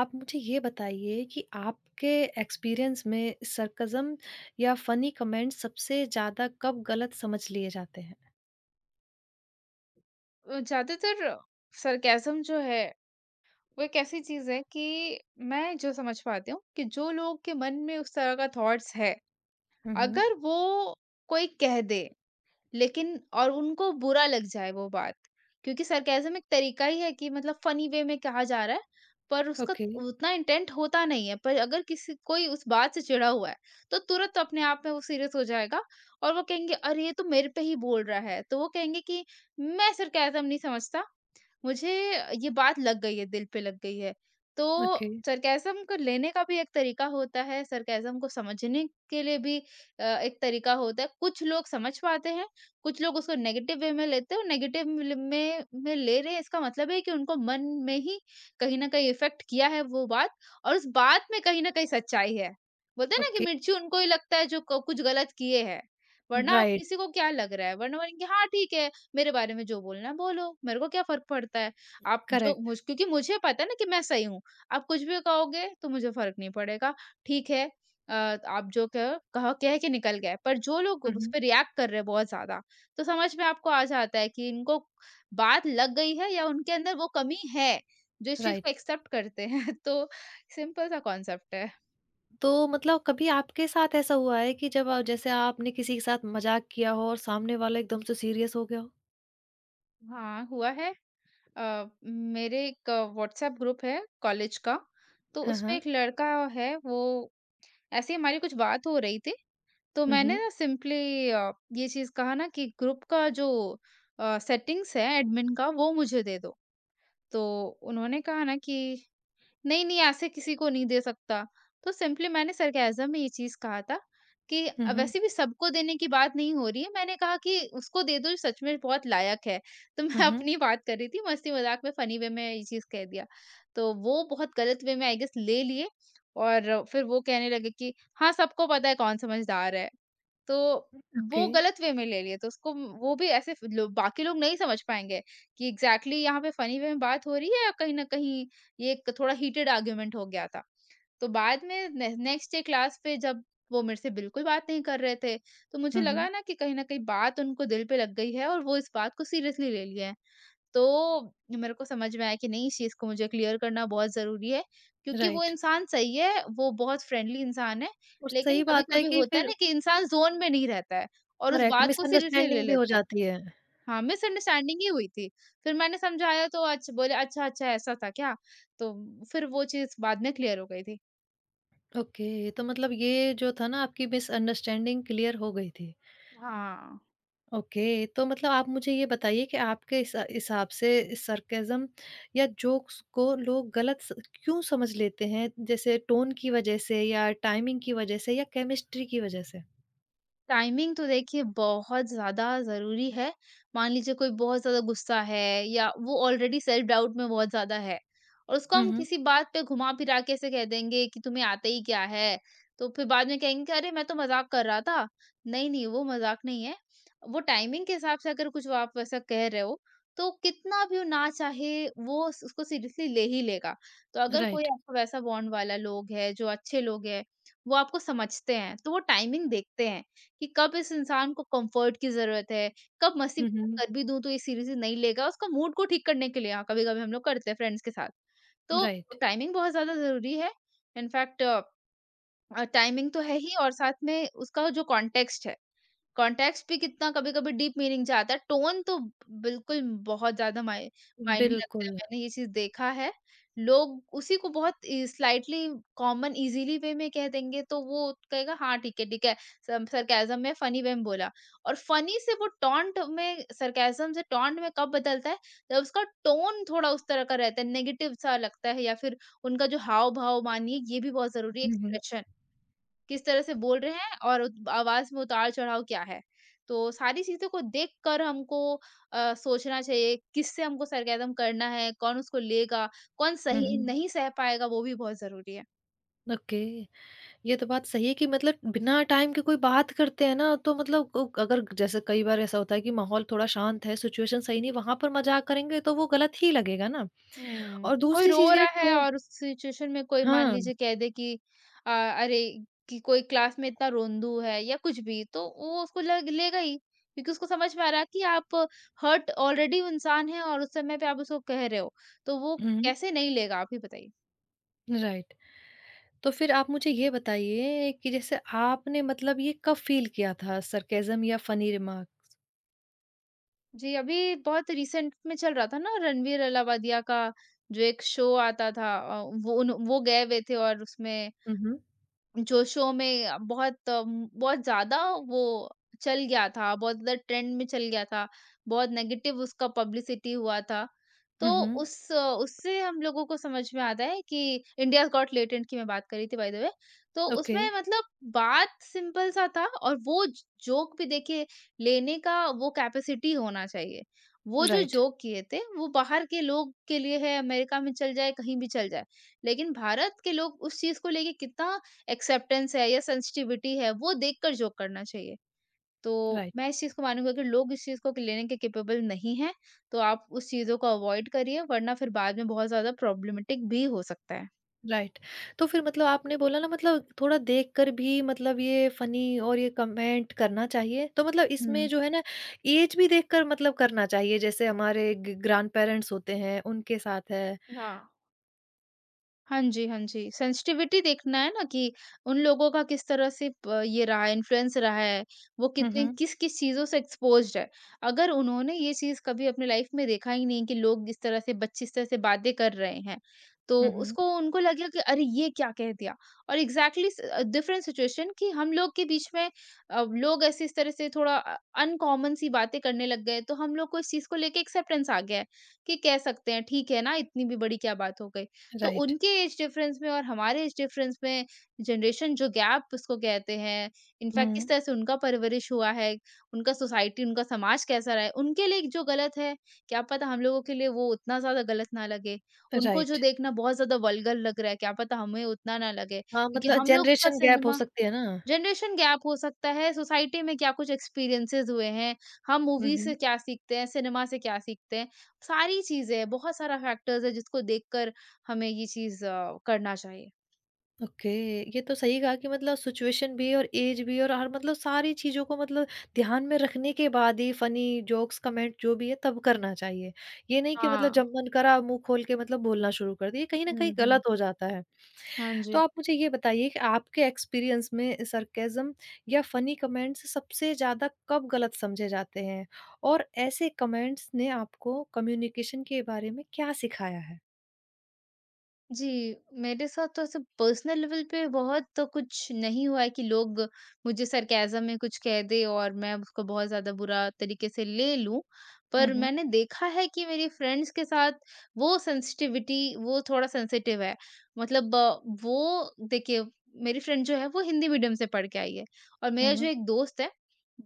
आप मुझे ये बताइए कि आपके एक्सपीरियंस में सरकज़म या फ़नी कमेंट्स सबसे ज़्यादा कब गलत समझ लिए जाते हैं? ज़्यादातर सरकैज़म जो है, वो एक ऐसी चीज़ है कि मैं जो समझ पाती हूँ कि जो लोग के मन में उस तरह का थॉट्स है, हुँ, हुँ। अगर वो कोई कह दे, लेकिन और उनको बुरा लग जाए वो बात, क्योंकि सरकैज़म एक तरीका ही है कि मतलब फ़नी वे में कहा जा रहा है, पर उसका ओके, उतना इंटेंट होता नहीं है, पर अगर किसी कोई उस बात से चिढ़ा हुआ है, तो तुरंत अपने आप में वो सीरियस हो जाएगा और वो कहेंगे, "अरे! ये तो मेरे पे ही बोल रहा है।" तो वो कहेंगे कि, "मैं सरकैज़म नहीं समझता, मुझे ये बात लग गई है, दिल पे लग गई है।" तो ओके, सरकैज़म को लेने का भी एक तरीका होता है, सरकैज़म को समझने के लिए भी एक तरीका होता है। कुछ लोग समझ पाते हैं, कुछ लोग उसको नेगेटिव वे में लेते हैं और नेगेटिव मिल में ले रहे हैं, इसका मतलब है कि उनको मन में ही कहीं न कहीं इफ़ेक्ट किया है वो बात और उस बात में कहीं न कहीं सच्चाई है। बोलते हैं ना कि ओके, मिर्ची उनको ही लगता है जो क कुछ गलत किए हैं, वरना आप राइट, किसी को क्या लग रहा है? वरना बोलेंगे हाँ ठीक है, मेरे बारे में जो बोलना है बोलो, मेरे को क्या फ़र्क पड़ता है? आप जो करेक्ट, मुझ क्योंकि मुझे पता है ना कि मैं सही हूँ, आप कुछ भी कहोगे तो मुझे फ़र्क नहीं पड़ेगा, ठीक है। आप जो कहो कहा कह के निकल गए, पर जो लोग हुँ, उस हुँ, पे रिएक्ट कर रहे हैं बहुत ज़्यादा, तो समझ में आपको आ जाता है कि इनको बात लग गई है या उनके अंदर वो कमी है, जो इस चीज़ को राइट। एक्सेप्ट करते हैं। तो सिंपल सा कॉन्सेप्ट है। तो मतलब कभी आपके साथ ऐसा हुआ है कि जब जैसे आपने किसी के साथ मज़ाक किया हो और सामने वाला एकदम से सीरियस हो गया हो? हाँ, हुआ है। मेरे एक व्हाट्सएप ग्रुप है कॉलेज का, तो हाँ, उसपे हाँ। एक लड़का है। वो ऐसे ही हमारी कुछ बात हो रही थी, तो हुँ, मैंने हुँ, ना सिंपली ये चीज़ कहा ना कि ग्रुप का जो सेटिंग्स है एडमिन का वो मुझे दे दो। तो उन्होंने कहा ना कि नहीं, नहीं ऐसे किसी को नहीं दे सकता। तो सिंपली मैंने सरकैज़म में ये चीज़ कहा था कि हुँ, हुँ, वैसे भी सबको देने की बात नहीं हो रही है। मैंने कहा कि उसको दे दो जो सच में बहुत लायक है। तो मैं हुँ, हुँ, अपनी बात कर रही थी मस्ती-मज़ाक में फ़नी वे में ये चीज़ कह दिया। तो वो बहुत गलत वे में आई गेस ले लिए और फिर वो कहने लगे कि हाँ, सबको पता है कौन समझदार है। तो वो ओके, गलत वे में ले लिए तो उसको वो भी ऐसे फ लो बाकी लोग नहीं समझ पाएँगे कि एग्ज़ैक्टली यहाँ पे फ़नी वे में बात हो रही है या कहीं न कहीं ये एक थोड़ा हीटेड आर्गुमेंट हो गया था। तो बाद में ने नेक्स्ट डे क्लास पे जब वो मेरे से बिल्कुल बात नहीं कर रहे थे, तो मुझे हुँ, हुँ। लगा ना कि कहीं न कहीं बात उनको दिल पे लग गई है और वो इस बात को सीरियसली ले लिए हैं। तो मेरे को समझ में आया कि नहीं इस चीज़ को मुझे क्लियर करना बहुत ज़रूरी है क्योंकि वो राइट। इंसान सही है, वो बहुत फ्रेंडली इंसान है, और लेकिन सही बात है कभी-कभी कि होता है फिर ना कि इंसान ज़ोन में नहीं रहता है और उस करेक्ट, बात को सीरियसली ले मिसअंडरस्टैंडिंग भी हो लेता है। जाती है। हाँ, मिसअंडरस्टैंडिंग ही हुई थी। फिर मैंने समझाया तो अच्छ बोले अच्छा, अच्छा ऐसा था क्या? तो फिर वो चीज़ बाद में क्लियर हो गई थी। ओके, तो मतलब ये जो था ना आपकी मिसअंडरस्टैंडिंग क्लियर हो गई थी। हाँ। ओके, तो मतलब आप मुझे ये बताइए कि आपके हिसाब से सरकैज़्म या जोक्स को लोग गलत स क्यों समझ लेते हैं? जैसे टोन की वज़ह से या टाइमिंग की वज़ह से या केमिस्ट्री की वज़ह से? टाइमिंग तो देखिए बहुत ज़्यादा ज़रूरी है। मान लीजिए कोई बहुत ज़्यादा गुस्सा है या वो ऑलरेडी सेल्फ डाउट में बहुत ज़्यादा है और उसको हुँ, हम हुँ। किसी बात पे घुमा-फिरा के ऐसे कह देंगे कि तुम्हें आता ही क्या है? तो फिर बाद में कहेंगे कि अरे मैं तो मज़ाक कर रहा था। नहीं, नहीं वो मज़ाक नहीं है। वो टाइमिंग के हिसाब से अगर कुछ आप वैसा कह रहे हो तो कितना भी वो ना चाहे वो उस उसको सीरियसली ले ही लेगा। तो अगर कोई राइट। आपको वैसा बॉन्ड वाला लोग है, जो अच्छे लोग हैं, वो आपको समझते हैं, तो वो टाइमिंग देखते हैं कि कब इस इंसान को कम्फर्ट की ज़रूरत है, कब हुँ, मस्ती-मज़ाक हुँ। कर भी दूँ तो ये सीरियसली नहीं लेगा, उसका मूड को ठीक करने के लिए हाँ, कभी-कभी हम लोग करते हैं फ्रेंड्स के साथ। तो राइट। टाइमिंग बहुत ज़्यादा ज़रूरी है। इनफैक्ट टाइमिंग तो है ही और साथ में उसका जो कॉन्टेक्स्ट है। कॉन्टेक्स्ट भी कितना कभी-कभी डीप मीनिंग जाता है, टोन तो बिल्कुल बहुत ज़्यादा मायने रखता है, बिल्कुल। मैंने ये चीज़ देखा है। लोग उसी को बहुत इ स्लाइटली कॉमन ईज़िली वे में कह देंगे तो वो कहेगा हाँ, ठीक है, ठीक है। सम सरकैज़म में फनी वे में बोला और फनी से वो टॉन्ट में सरकैज़म से टॉन्ट में कब बदलता है, जब उसका टोन थोड़ा उस तरह का रहता है, नेगेटिव सा लगता है या फिर उनका जो हाव-भाव मानिए ये भी बहुत ज़रूरी है हुँ, हुँ। एक्सप्रेशन। किस तरह से बोल रहे हैं और उत आवाज़ में उतार-चढ़ाव क्या है। तो सारी चीज़ों को देख कर हमको सोचना चाहिए, किससे हमको सरकाज़म करना है, कौन उसको लेगा, कौन हुँ, सही हुँ। हुँ। नहीं सह पाएगा वो भी बहुत ज़रूरी है। ओके। ये तो बात सही है कि मतलब बिना टाइम के कोई बात करते हैं ना तो मतलब अगर जैसे कई बार ऐसा होता है कि माहौल थोड़ा शांत है, सिचुएशन सही नहीं, वहां पर मजाक करेंगे तो वो गलत ही लगेगा ना। हुँ। और कोई दूसरी रो चीज क्या है, रहा है टोन? और उस सिचुएशन में कोई मान हाँ। लीजिए कह दे कि अरे! कि कोई क्लास में इतना रोंदू है या कुछ भी, तो वो उसको लग लेगा ही क्योंकि उसको समझ में आ रहा है कि आप हर्ट ऑलरेडी इंसान हैं और उस समय पे आप उसको कह रहे हो, तो वो हम्म। कैसे नहीं लेगा, आप ही बताइए? राइट। तो फिर आप मुझे ये बताइए कि जैसे आपने मतलब ये कब फील किया था सरकेजम या फनी रिमार्क्स? जी, अभी बहुत रिसेंट में चल रहा था ना रणवीर अलावादिया का जो एक शो आता था। वो उन वो गए हुए थे और उसमें हम्म, जो शो में बहुत बहुत ज़्यादा वो चल गया था, बहुत ज़्यादा ट्रेंड में चल गया था, बहुत नेगेटिव उसका पब्लिसिटी हुआ था। तो हम्म। उस उससे हम लोगों को समझ में आता है कि इंडियाज़ गॉट टैलेंट की मैं बात कर रही थी बाय द वे। तो ओके। उसमें मतलब बात सिंपल सा था और वो ज जोक भी देखिए लेने का वो कैपेसिटी होना चाहिए। वो जो राइट। जोक किए थे, वो बाहर के लोग के लिए है, अमेरिका में चल जाए, कहीं भी चल जाए। लेकिन भारत के लोग उस चीज़ को लेके कितना एक्सेप्टेंस है या सेंसिटिविटी है, वो देखकर जो करना चाहिए। तो राइट। मैं इस चीज़ को मानूँगी अगर लोग इस चीज़ को लेने के कैपेबल नहीं हैं, तो आप उस चीज़ों को अवॉइड करिए वरना फिर बाद में बहुत ज़्यादा प्रॉब्लमैटिक भी हो सकता है। राइट। तो फिर मतलब आपने बोला ना मतलब थोड़ा देखकर भी मतलब ये फ़नी और ये कमेंट करना चाहिए। तो मतलब इसमें हुँ। जो है ना ऐज भी देखकर मतलब करना चाहिए, जैसे हमारे ग ग्रैंडपेरेंट्स होते हैं, उनके साथ है। हाँ। हाँ जी, हाँ जी। सेंसिटिविटी देखना है ना कि उन लोगों का किस तरह से प ये रहा है, इन्फ्लुएंस रहा है, वो हुँ, कितने हुँ। किस-किस चीज़ों से एक्सपोज़्ड है। अगर उन्होंने ये चीज़ कभी अपनी लाइफ़ में देखा ही नहीं कि लोग इस तरह से बच्चे इस तरह से बातें कर रहे हैं, तो हुँ, हुँ। उसको उनको लगेगा कि अरे! ये क्या कह दिया। और एग्ज़ैक्टली स डिफरेंट सिचुएशन कि हम लोग के बीच में लोग ऐसे इस तरह से थोड़ा अनकॉमन सी बातें करने लग गए, तो हम लोग को इस चीज़ को लेके एक्सेप्टेंस आ गया है कि कह सकते हैं, ठीक है ना, इतनी भी बड़ी क्या बात हो गई। तो राइट। उनके एज डिफरेंस में और हमारे एज डिफरेंस में जनरेशन जो गैप उसको कहते हैं, हुँ। इनफैक्ट किस तरह से उनका परवरिश हुआ है, उनका सोसाइटी, उनका समाज कैसा रहा है, उनके लिए जो गलत है, क्या पता हम लोगों के लिए वो उतना ज़्यादा गलत ना लगे। उनको जो राइट। देखना बहुत ज़्यादा वल्गर लग रहा है, क्या पता हमें उतना ना लगे, हाँ, क्योंकि मतलब हम लोग का जनरेशन गैप हो सिनेमा सकती है ना। जनरेशन गैप हो सकता है, सोसाइटी में क्या कुछ एक्सपीरियंसेस हुए हैं, हम हुँ, मूवीज़ से हुँ। क्या सीखते हैं, सिनेमा से क्या सीखते हैं, सारी चीज़ें हैं, बहुत सारा फैक्टर्स है जिसको देखकर हमें ये चीज़ करना चाहिए। ओके। ये तो सही कहा कि मतलब सिचुएशन भी और एज भी और हर मतलब सारी चीजों को मतलब ध्यान में रखने के बाद ही फनी जोक्स, कमेंट, जो भी है तब करना चाहिए। ये नहीं कि मतलब हाँ। जब मन करा मुंह खोल के मतलब बोलना शुरू कर दिया, ये कहीं ना हुँ, कहीं हुँ। गलत हो जाता है। हाँ तो जी। आप मुझे ये बताइए कि आपके एक्सपीरियंस में सरकेज़म या फनी कमेंट्स सबसे ज्यादा कब गलत समझे जाते हैं और ऐसे कमेंट्स ने आपको कम्युनिकेशन के बारे में क्या सिखाया है? जी, मेरे साथ तो ऐसे पर्सनल लेवल पे बहुत तो कुछ नहीं हुआ है कि लोग मुझे सरकैज़म में कुछ कह दें और मैं उसको बहुत ज़्यादा बुरा तरीके से ले लूँ। हम्म, पर हम्म, मैंने देखा है कि मेरी फ्रेंड्स के साथ वो थोड़ा सेंसिटिव है। मतलब वो देखिए मेरी फ्रेंड जो है वो हिंदी मीडियम से पढ़ के आई है और मेरा जो हम्म। एक दोस्त है,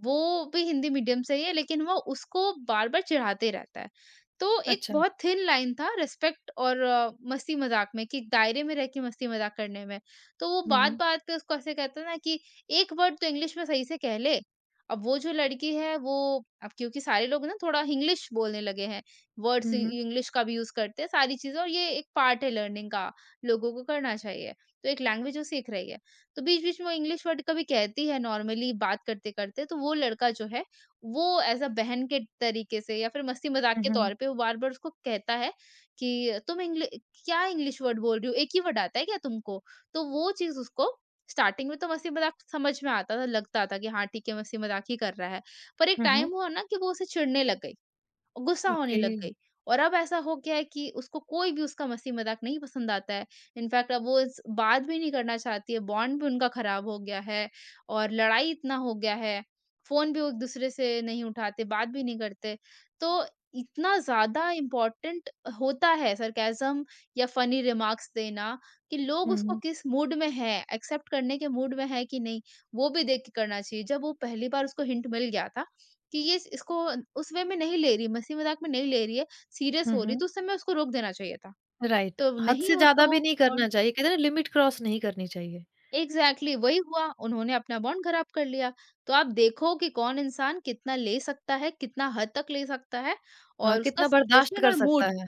वो भी हिंदी मीडियम से ही है लेकिन वो उसको बार-बार चिढ़ाते रहता है। तो एक अच्छा। बहुत थिन लाइन था रिस्पेक्ट और मस्ती-मज़ाक में कि दायरे में रह के मस्ती-मज़ाक करने में। तो वो हम्म, बात-बात पे उसको ऐसे कहते हैं ना कि एक वर्ड तो इंग्लिश में सही से कह ले। अब वो जो लड़की है वो अब क्योंकि सारे लोग ना थोड़ा इंग्लिश बोलने लगे हैं, वर्ड्स हम्म, इ हम्म, इंग्लिश का भी यूज़ करते हैं, सारी चीज़ें और ये एक पार्ट है लर्निंग का, लोगों को करना चाहिए। तो एक लैंग्वेज वो सीख रही है। तो बीच-बीच में वो इंग्लिश वर्ड कभी कहती है नॉर्मली बात करते-करते, तो वो लड़का जो है वो एज़ अ बहन के तरीके से या फिर मस्ती-मज़ाक के हम्म, तौर पे वो बार-बार उसको कहता है कि तुम इंग्लि क्या इंग्लिश वर्ड बोल रही हो? एक ही वर्ड आता है क्या तुमको? तो वो चीज़ उसको स्टार्टिंग में तो मस्ती-मज़ाक समझ में आता था, लगता था कि हाँ, ठीक है मस्ती-मज़ाक ही कर रहा है। पर एक हम्म। टाइम हुआ ना कि वो उसे चिढ़ने लग गई। और गुस्सा होने ओके। लग गई। और अब ऐसा हो गया है कि उसको कोई भी उसका मस्ती मज़ाक नहीं पसंद आता है। इनफैक्ट अब वो इस बात भी नहीं करना चाहती है, बॉन्ड भी उनका खराब हो गया है और लड़ाई इतना हो गया है, फ़ोन भी वो एक-दूसरे से नहीं उठाते, बात भी नहीं करते। तो इतना ज़्यादा इम्पोर्टेंट होता है सरकैज़म या फ़नी रिमार्क्स देना कि लोग हुँ, उसको हुँ। किस मूड में हैं, एक्सेप्ट करने के मूड में हैं कि नहीं, वो भी देख के करना चाहिए। जब वो पहली बार उसको हिंट मिल गया था, कि ये इस इसको उस वे में नहीं ले रही, मस्ती-मज़ाक में नहीं ले रही है, सीरियस हुँ, हो रही है, हुँ। तो उस समय उसको रोक देना चाहिए था। राइट, तो हद नहीं से होता ज़्यादा वो भी नहीं बॉन्ड। करना चाहिए, कहते हैं ना लिमिट क्रॉस नहीं करनी चाहिए। एग्ज़ैक्टली वही हुआ, उन्होंने अपना बॉन्ड ख़राब कर लिया। तो आप देखो कि कौन इंसान कितना ले सकता है, कितना हद तक ले सकता है हाँ, और उसका कितना बर्दाश्त सिचुएशन कर और सकता मूड। है।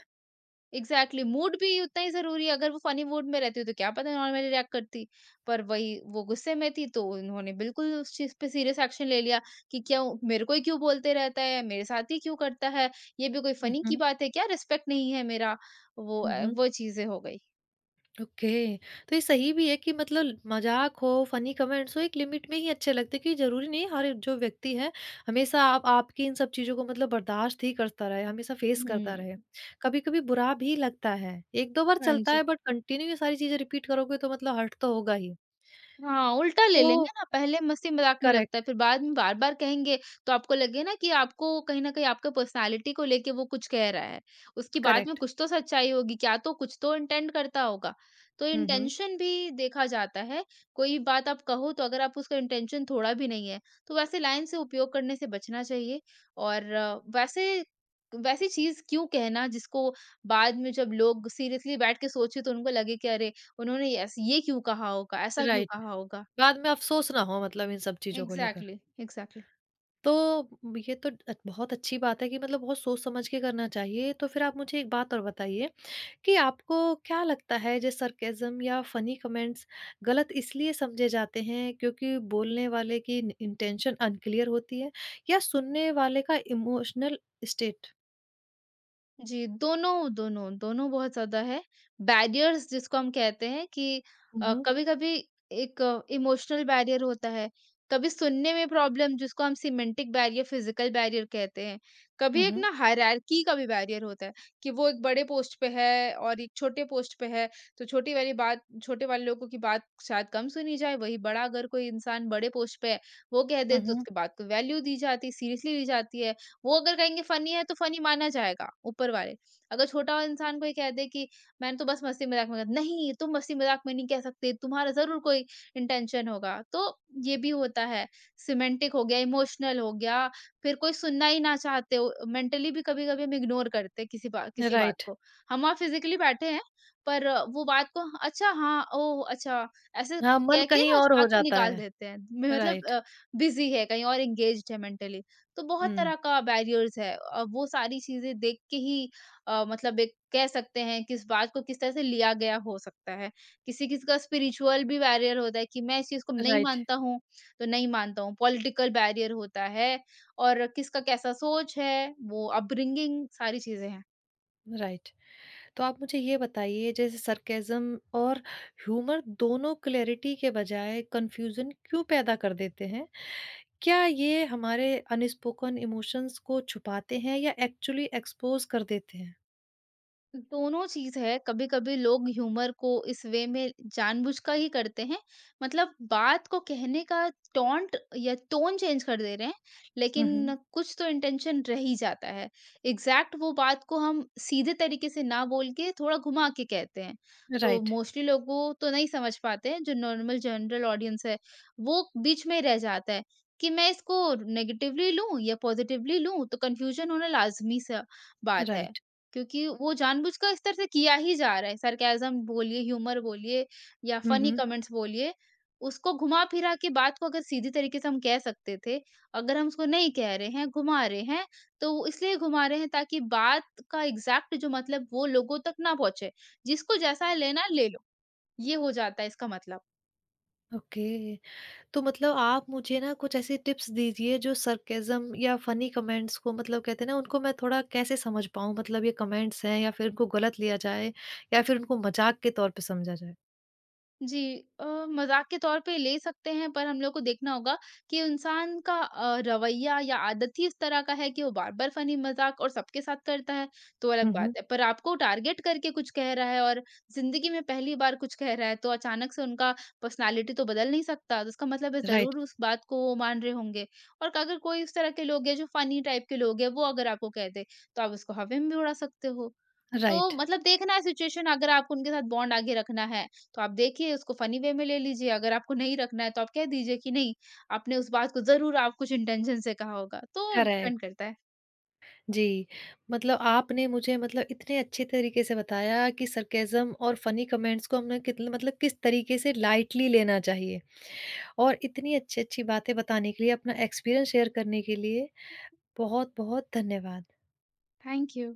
एग्ज़ैक्टली मूड भी उतना ही ज़रूरी है, अगर वो फ़नी मूड में रहती तो क्या पता नॉर्मली रिएक्ट करती। पर वही वो गुस्से में थी तो उन्होंने बिल्कुल उस चीज़ पे सीरियस एक्शन ले लिया कि क्यों मेरे को ही क्यों बोलते रहता है, मेरे साथ ही क्यों करता है, ये भी कोई हुँ, फ़नी की हुँ। बात है क्या? रिस्पेक्ट नहीं है मेरा। वो हुँ, हुँ। वो चीज़ें हो गई। ओके, तो ये सही भी है कि मतलब मज़ाक हो, फनी कमेंट्स हो, एक लिमिट में ही अच्छे लगते हैं, क्योंकि ज़रूरी नहीं है हर जो व्यक्ति है, हमेशा आप आपकी इन सब चीज़ों को मतलब बर्दाश्त ही करता रहे, हमेशा फेस करता रहे। हुँ। कभी-कभी बुरा भी लगता है, 1-2 बार हाँ चलता जी। है, बट कंटिन्यू ये सारी चीज़ें रिपीट करोगे तो मतलब हर्ट तो होगा ही। हाँ, उल्टा ले लेंगे तो ना, पहले मस्ती-मज़ाक में लगता है, करेक्ट, फिर बाद में बार-बार कहेंगे, तो आपको लगे ना कि आपको कहीं न कहीं आपके पर्सनैलिटी को लेके वो कुछ कह रहा है। उसकी बात में करेक्ट। कुछ तो सच्चाई होगी, क्या तो कुछ तो इंटेंड करता होगा। तो हुँ, हुँ। इंटेंशन भी देखा जाता है, कोई बात आप कहो तो अगर आप उसका इंटेंशन थोड़ा भी नहीं है, तो वैसे लाइन से उपयोग करने से बचना चाहिए और वैसे वैसी चीज़ क्यों कहना जिसको बाद में जब लोग सीरियसली बैठ के सोचे तो उनको लगे कि अरे! उन्होंने ऐस ये क्यों कहा होगा? ऐसा क्यों राइट। कहा होगा? बाद में अफ़सोस ना हो मतलब इन सब चीज़ों को लेकर। Exactly, exactly. तो म ये तो बहुत अच्छी बात है कि मतलब बहुत सोच समझ के करना चाहिए। तो फिर आप मुझे एक बात और बताइए कि आपको क्या लगता है जो सरकैज़म या फ़नी कमेंट्स गलत इसलिए समझे जाते हैं, क्योंकि बोलने वाले की इन इंटेंशन अनक्लियर होती है या सुनने वाले का इमोशनल स्टेट? जी, दोनों, दोनों, दोनों बहुत ज़्यादा है। बैरियर्स जिसको हम कहते हैं कि हुँ, हुँ। कभी-कभी एक इमोशनल बैरियर होता है, कभी सुनने में प्रॉब्लम जिसको हम सिमेंटिक बैरियर, फिज़िकल बैरियर कहते हैं। कभी हुँ, एक हुँ। ना हायरार्की का भी बैरियर होता है कि वो एक बड़े पोस्ट पे है और एक छोटे पोस्ट पे है, तो छोटी वाली बात छोटे वाले लोगों की बात शायद कम सुनी जाए, वहीं बड़ा अगर कोई इंसान बड़े पोस्ट पे है, वो कह दे हुँ, तो हुँ। उसकी बात को वैल्यू दी जाती, सीरियसली ली जाती है। वो अगर कहेंगे फनी है तो फनी माना जाएगा ऊपर वाले। अगर छोटा वाला इंसान कोई कह दे कि मैंने तो बस मस्ती मजाक में कहा, नहीं तुम मस्ती मजाक में नहीं कह सकते, तुम्हारा जरूर कोई इंटेंशन होगा, तो ये भी होता है। सिमेंटिक हो गया, इमोशनल हो गया, फिर कोई सुनना ही ना चाहते हो, मेंटली भी कभी कभी हम इग्नोर करते हैं किसी बात राइट। को। हम वहाँ फिजिकली बैठे हैं, पर वो बात को अच्छा हाँ ओ अच्छा ऐसे हाँ, मन कह के कहीं ना उस और हो बात को जाता निकाल है। देते हैं। राइट। मतलब बिजी है कहीं और एंगेज्ड है मेंटली। तो बहुत हुँ। तरह का बैरियर्स है। वो सारी चीज़ें देख के ही मतलब एक कह सकते हैं कि इस बात को किस तरह से लिया गया हो सकता है। किसी-किसी का स्पिरिचुअल भी बैरियर होता है कि मैं इस चीज़ को नहीं राइट, मानता हूँ, तो नहीं मानता हूँ। पॉलिटिकल बैरियर होता है और किसका कैसा सोच है, वो अपब्रिंगिंग सारी चीज़ें हैं। राइट। तो आप मुझे ये बताइए, जैसे सरकेज़म और ह्यूमर दोनों क्लैरिटी के बजाय कन्फ्यूजन क्यों पैदा कर देते हैं? क्या ये हमारे अनस्पोकन इमोशंस को छुपाते हैं या एक्चुअली एक्सपोज कर देते हैं? दोनों चीज़ है, कभी-कभी लोग ह्यूमर को इस वे में जानबूझकर ही करते हैं, मतलब बात को कहने का टोंट या टोन चेंज कर दे रहे हैं, हुँ, लेकिन हुँ। कुछ तो इंटेंशन रह ही जाता है। एग्ज़ैक्ट वो बात को हम सीधे तरीके से ना बोल के थोड़ा घुमा के कहते हैं, तो राइट, मोस्टली लोगों तो नहीं समझ पाते हैं, जो नॉर्मल जनरल ऑडियंस है, वो बीच में रह जाता है कि मैं इसको नेगेटिवली लूँ या पॉज़िटिवली लूँ, तो कन्फ्यूज़न होना लाज़मी-सा बात है राइट। क्योंकि वो जानबूझकर इस तरह से किया ही जा रहा है। सरकैज़्म बोलिए, ह्यूमर बोलिए या हुँ, फनी हुँ। कमेंट्स बोलिए, उसको घुमा-फिरा के बात को अगर सीधी तरीके से हम कह सकते थे, अगर हम उसको नहीं कह रहे हैं, घुमा रहे हैं, तो वो इसलिए घुमा रहे हैं ताकि बात का एग्ज़ैक्ट जो मतलब वो लोगों तक ना पहुँचे। जिसको जैसा लेना ले लो, ये हो जाता है इसका मतलब। ओके, तो मतलब आप मुझे ना कुछ ऐसी टिप्स दीजिए जो सरकेज़म या फनी कमेंट्स को मतलब कहते हैं ना, उनको मैं थोड़ा कैसे समझ पाऊँ? मतलब ये कमेंट्स हैं या फिर इनको गलत लिया जाए या फिर उनको मज़ाक के तौर पे समझा जाए? जी अ, मज़ाक के तौर पे ले सकते हैं, पर हम लोग को देखना होगा कि इंसान का रवैया या आदत ही इस तरह का है कि वो बार-बार फ़नी मज़ाक और सबके साथ करता है, तो अलग हुँ, हुँ। बात है। पर आपको टारगेट करके कुछ कह रहा है और ज़िंदगी में पहली बार कुछ कह रहा है, तो अचानक से उनका पर्सनैलिटी तो बदल नहीं सकता, तो इसका मतलब है राइट। ज़रूर उस बात को वो मान रहे होंगे। और अगर कोई उस तरह के लोग हैं जो फ़नी टाइप के लोग हैं, वो अगर आपको कह दे, तो आप उसको हवा में भी उड़ा सकते हो। तो राइट, मतलब देखना है सिचुएशन, अगर आपको उनके साथ बॉन्ड आगे रखना है, तो आप देखिए उसको फ़नी वे में ले लीजिए, अगर आपको नहीं रखना है तो आप कह दीजिए कि नहीं, आपने उस बात को ज़रूर आप कुछ इंटेंशन से कहा होगा, तो डिपेंड करेक्ट, करता है। जी। मतलब आपने मुझे मतलब इतने अच्छे तरीके से बताया कि सरकैज़्म और फ़नी कमेंट्स को हमने कितने मतलब किस तरीके से लाइटली लेना चाहिए, और इतनी अच्छी-अच्छी बातें बताने के लिए, अपना एक्सपीरियंस शेयर करने के लिए बहुत-बहुत धन्यवाद। Thank you.